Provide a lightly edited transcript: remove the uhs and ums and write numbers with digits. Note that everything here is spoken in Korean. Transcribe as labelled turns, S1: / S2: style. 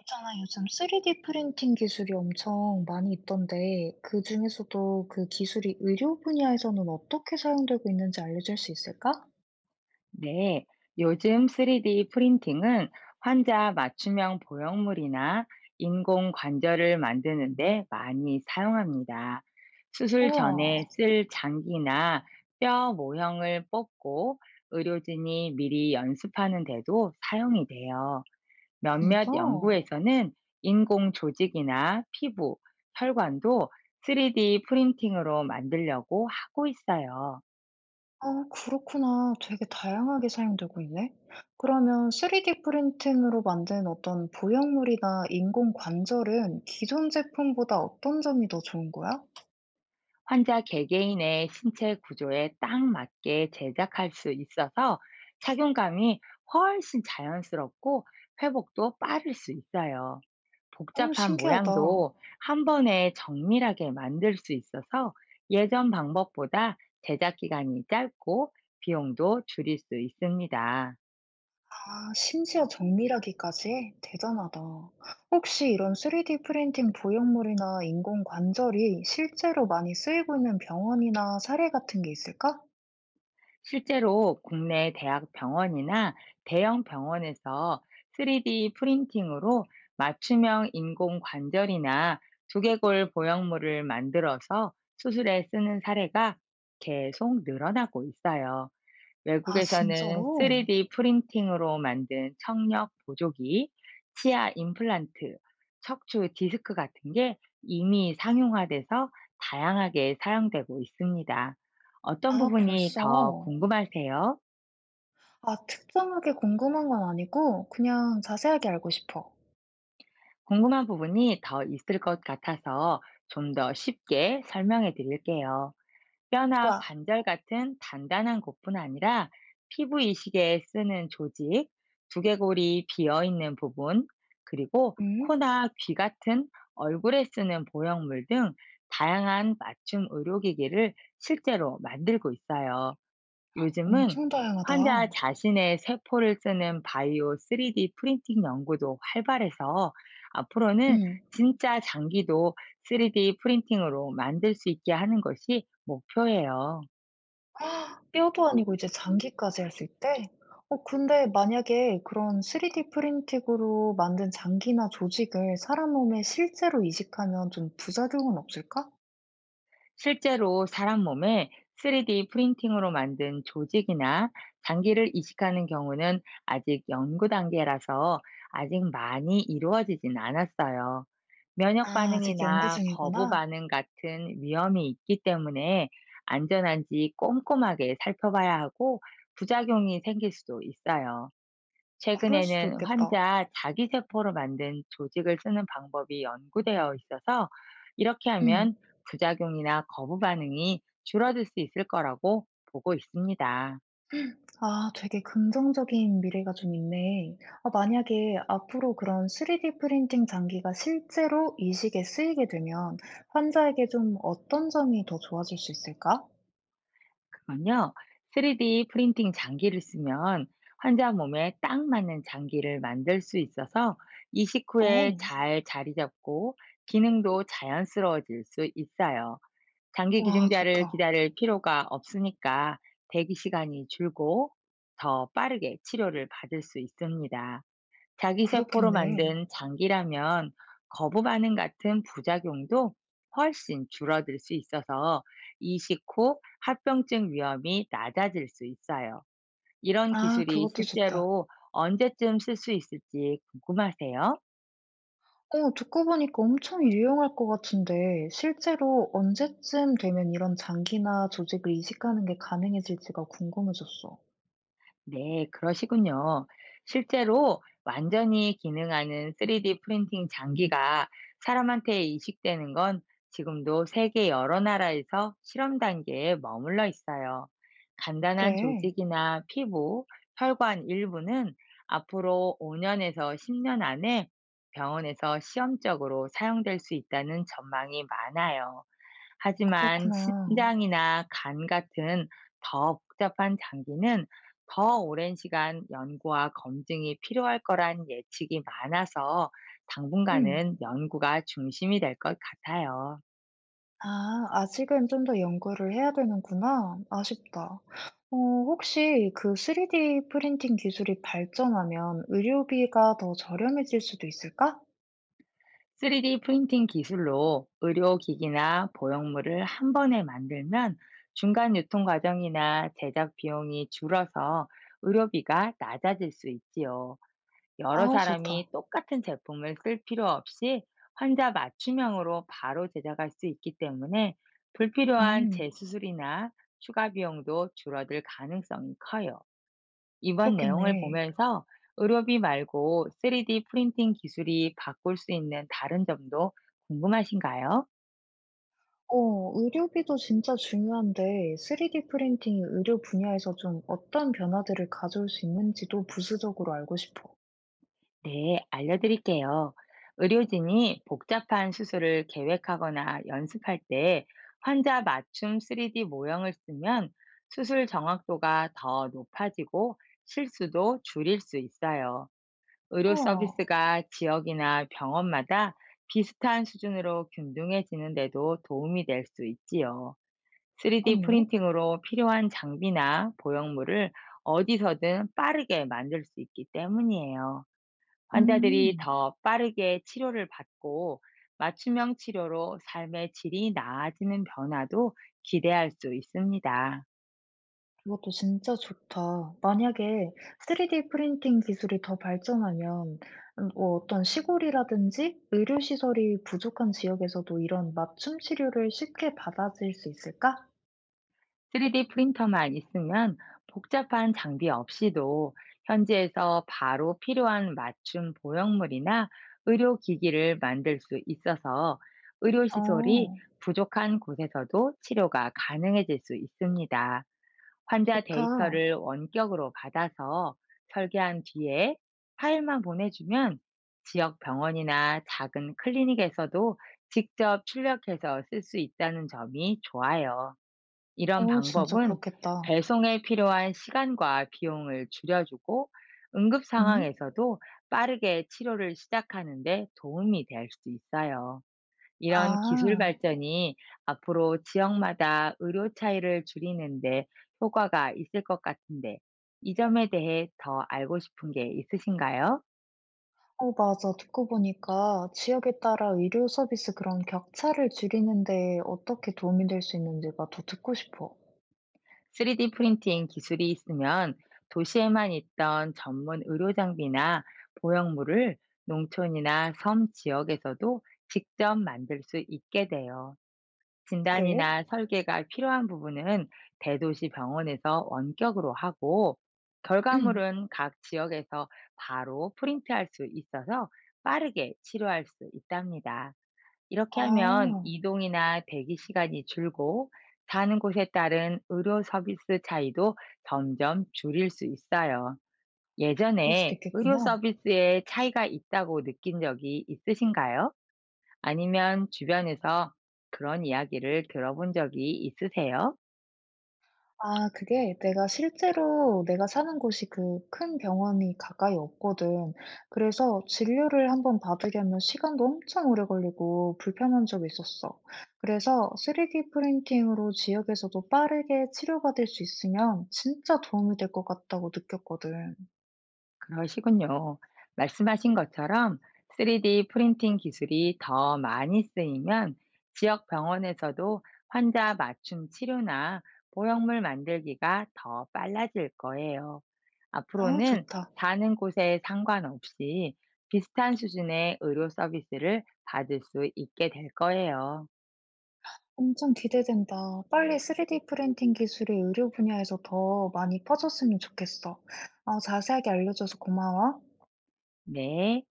S1: 있잖아, 요즘 3D 프린팅 기술이 엄청 많이 있던데, 그 중에서도 그 기술이 의료 분야에서는 어떻게 사용되고 있는지 알려줄 수 있을까?
S2: 네, 요즘 3D 프린팅은 환자 맞춤형 보형물이나 인공 관절을 만드는데 많이 사용합니다. 수술
S1: 우와,
S2: 전에 쓸 장기나 뼈 모형을 뽑고 의료진이 미리 연습하는 데도 사용이 돼요.
S1: 진짜?
S2: 몇몇 연구에서는 인공 조직이나 피부, 혈관도 3D 프린팅으로 만들려고 하고 있어요.
S1: 아, 그렇구나. 되게 다양하게 사용되고 있네. 그러면 3D 프린팅으로 만든 어떤 보형물이나 인공 관절은 기존 제품보다 어떤 점이 더 좋은 거야?
S2: 환자 개개인의 신체 구조에 딱 맞게 제작할 수 있어서 착용감이 훨씬 자연스럽고 회복도 빠를 수 있어요.
S1: 오,
S2: 복잡한
S1: 신기하다.
S2: 모양도 한 번에 정밀하게 만들 수 있어서 예전 방법보다 제작 기간이 짧고 비용도 줄일 수 있습니다.
S1: 아, 심지어 정밀하기까지 해? 대단하다. 혹시 이런 3D 프린팅 보형물이나 인공 관절이 실제로 많이 쓰이고 있는 병원이나 사례 같은 게 있을까?
S2: 실제로 국내 대학 병원이나 대형 병원에서 3D 프린팅으로 맞춤형 인공 관절이나 두개골 보형물을 만들어서 수술에 쓰는 사례가 계속 늘어나고 있어요.
S1: 아,
S2: 외국에서는
S1: 진짜로?
S2: 3D 프린팅으로 만든 청력 보조기, 치아 임플란트, 척추 디스크 같은 게 이미 상용화돼서 다양하게 사용되고 있습니다. 어떤
S1: 아,
S2: 부분이
S1: 벌써.
S2: 더 궁금하세요?
S1: 아, 특정하게 궁금한 건 아니고 그냥 자세하게 알고 싶어.
S2: 궁금한 부분이 더 있을 것 같아서 좀 더 쉽게 설명해 드릴게요. 뼈나
S1: 좋아.
S2: 관절 같은 단단한 곳뿐 아니라 피부 이식에 쓰는 조직, 두개골이 비어 있는 부분, 그리고
S1: 음?
S2: 코나 귀 같은 얼굴에 쓰는 보형물 등 다양한 맞춤 의료기기를 실제로 만들고 있어요. 요즘은
S1: 엄청
S2: 환자
S1: 다양하다.
S2: 자신의 세포를 쓰는 바이오 3D 프린팅 연구도 활발해서 앞으로는
S1: 음.
S2: 진짜 장기도 3D 프린팅으로 만들 수 있게 하는 것이 목표예요.
S1: 뼈도 아니고 이제 장기까지 했을 때? 어 근데 만약에 그런 3D 프린팅으로 만든 장기나 조직을 사람 몸에 실제로 이식하면 좀 부작용은 없을까?
S2: 실제로 사람 몸에 3D 프린팅으로 만든 조직이나 장기를 이식하는 경우는 아직 연구 단계라서 아직 많이 이루어지진 않았어요. 면역
S1: 아, 아직 연구
S2: 반응이나 거부
S1: 중이구나.
S2: 반응 같은 위험이 있기 때문에 안전한지 꼼꼼하게 살펴봐야 하고, 부작용이 생길 수도 있어요.
S1: 그럴 수도
S2: 최근에는
S1: 있겠다.
S2: 환자 자기세포로 만든 조직을 쓰는 방법이 연구되어 있어서, 이렇게
S1: 음.
S2: 하면 부작용이나 거부 반응이 줄어들 수 있을 거라고 보고 있습니다.
S1: 아, 되게 긍정적인 미래가 좀 있네. 아, 만약에 앞으로 그런 3D 프린팅 장기가 실제로 이식에 쓰이게 되면 환자에게 좀 어떤 점이 더 좋아질 수 있을까?
S2: 그건요, 3D 프린팅 장기를 쓰면 환자 몸에 딱 맞는 장기를 만들 수 있어서 이식 후에
S1: 어,
S2: 잘 자리 잡고 기능도 자연스러워질 수 있어요. 장기
S1: 와,
S2: 기증자를
S1: 좋다.
S2: 기다릴 필요가 없으니까 대기 시간이 줄고, 더 빠르게 치료를 받을 수 있습니다. 자기세포로
S1: 그렇겠네.
S2: 만든 장기라면 거부 반응 같은 부작용도 훨씬 줄어들 수 있어서 이식 후 합병증 위험이 낮아질 수 있어요. 이런
S1: 아
S2: 기술이
S1: 그것도 좋다.
S2: 실제로 언제쯤 쓸 수 있을지 궁금하세요?
S1: 어 듣고 보니까 엄청 유용할 것 같은데 실제로 언제쯤 되면 이런 장기나 조직을 이식하는 게 가능해질지가 궁금해졌어.
S2: 네, 그러시군요. 실제로 완전히 기능하는 3D 프린팅 장기가 사람한테 이식되는 건 지금도 세계 여러 나라에서 실험 단계에 머물러 있어요. 간단한
S1: 그래.
S2: 조직이나 피부, 혈관 일부는 앞으로 5년에서 10년 안에 병원에서 시험적으로 사용될 수 있다는 전망이 많아요. 하지만
S1: 그렇구나.
S2: 신장이나 간 같은 더 복잡한 장기는 더 오랜 시간 연구와 검증이 필요할 거란 예측이 많아서,
S1: 음.
S2: 당분간은 연구가 중심이 될 것 같아요.
S1: 아 아직은 좀 더 연구를 해야 되는구나. 아쉽다. 어 혹시 그 3D 프린팅 기술이 발전하면 의료비가 더 저렴해질 수도 있을까?
S2: 3D 프린팅 기술로 의료기기나 보형물을 한 번에 만들면 중간 유통 과정이나 제작 비용이 줄어서 의료비가 낮아질 수 있지요. 여러
S1: 아 좋다.
S2: 사람이 똑같은 제품을 쓸 필요 없이 환자 맞춤형으로 바로 제작할 수 있기 때문에, 불필요한
S1: 음.
S2: 재수술이나 추가 비용도 줄어들 가능성이 커요. 이번 내용을
S1: 그렇겠네.
S2: 보면서 의료비 말고 3D 프린팅 기술이 바꿀 수 있는 다른 점도 궁금하신가요?
S1: 어 의료비도 진짜 중요한데 3D 프린팅이 의료 분야에서 좀 어떤 변화들을 가져올 수 있는지도 부수적으로 알고 싶어.
S2: 네, 알려드릴게요. 의료진이 복잡한 수술을 계획하거나 연습할 때 환자 맞춤 3D 모형을 쓰면 수술 정확도가 더 높아지고 실수도 줄일 수 있어요. 의료
S1: 우와,
S2: 서비스가 지역이나 병원마다 비슷한 수준으로 균등해지는데도 도움이 될 수 있지요. 3D
S1: 그렇네.
S2: 프린팅으로 필요한 장비나 보형물을 어디서든 빠르게 만들 수 있기 때문이에요. 환자들이
S1: 음,
S2: 더 빠르게 치료를 받고 맞춤형 치료로 삶의 질이 나아지는 변화도 기대할 수 있습니다.
S1: 그것도 진짜 좋다. 만약에 3D 프린팅 기술이 더 발전하면 뭐 어떤 시골이라든지 의료 시설이 부족한 지역에서도 이런 맞춤 치료를 쉽게 받아들일 수 있을까?
S2: 3D 프린터만 있으면 복잡한 장비 없이도 현지에서 바로 필요한 맞춤 보형물이나 의료기기를 만들 수 있어서, 의료시설이
S1: 어,
S2: 부족한 곳에서도 치료가 가능해질 수 있습니다. 환자
S1: 좋다.
S2: 데이터를 원격으로 받아서 설계한 뒤에 파일만 보내주면 지역 병원이나 작은 클리닉에서도 직접 출력해서 쓸 수 있다는 점이 좋아요. 이런
S1: 어, 진짜
S2: 방법은
S1: 그렇겠다.
S2: 배송에 필요한 시간과 비용을 줄여주고 응급
S1: 음?
S2: 상황에서도 빠르게 치료를 시작하는 데 도움이 될 수 있어요. 이런 기술
S1: 아.
S2: 발전이 앞으로 지역마다 의료 차이를 줄이는데 효과가 있을 것 같은데, 이 점에 대해 더 알고 싶은 게 있으신가요?
S1: 어 맞아. 듣고 보니까 지역에 따라 의료 서비스 그런 격차를 줄이는 데 어떻게 도움이 될 수 있는지가 더 듣고 싶어.
S2: 3D 프린팅 기술이 있으면 도시에만 있던 전문 의료 장비나 보형물을 농촌이나 섬 지역에서도 직접 만들 수 있게 돼요.
S1: 그래?
S2: 진단이나 설계가 필요한 부분은 대도시 병원에서 원격으로 하고,
S1: 응.
S2: 결과물은 각 지역에서 바로 프린트할 수 있어서 빠르게 치료할 수 있답니다. 이렇게 하면
S1: 아
S2: 이동이나 대기 시간이 줄고, 사는 곳에 따른 의료 서비스 차이도 점점 줄일 수 있어요.
S1: 그럴 수도
S2: 예전에 의료
S1: 있겠구나.
S2: 서비스에 차이가 있다고 느낀 적이 있으신가요? 아니면 주변에서 그런 이야기를 들어본 적이 있으세요?
S1: 아 그게 내가 실제로 내가 사는 곳이 그 큰 병원이 가까이 없거든. 그래서 진료를 한번 받으려면 시간도 엄청 오래 걸리고 불편한 적이 있었어. 그래서 3D 프린팅으로 지역에서도 빠르게 치료받을 수 있으면 진짜 도움이 될 것 같다고 느꼈거든.
S2: 그러시군요. 말씀하신 것처럼 3D 프린팅 기술이 더 많이 쓰이면 지역 병원에서도 환자 맞춤 치료나 보형물 만들기가 더 빨라질 거예요.
S1: 아
S2: 앞으로는
S1: 좋다.
S2: 사는 곳에 상관없이 비슷한 수준의 의료 서비스를 받을 수 있게 될 거예요.
S1: 엄청 기대된다. 빨리 3D 프린팅 기술이 의료 분야에서 더 많이 퍼졌으면 좋겠어. 어 자세하게 알려줘서 고마워.
S2: 네.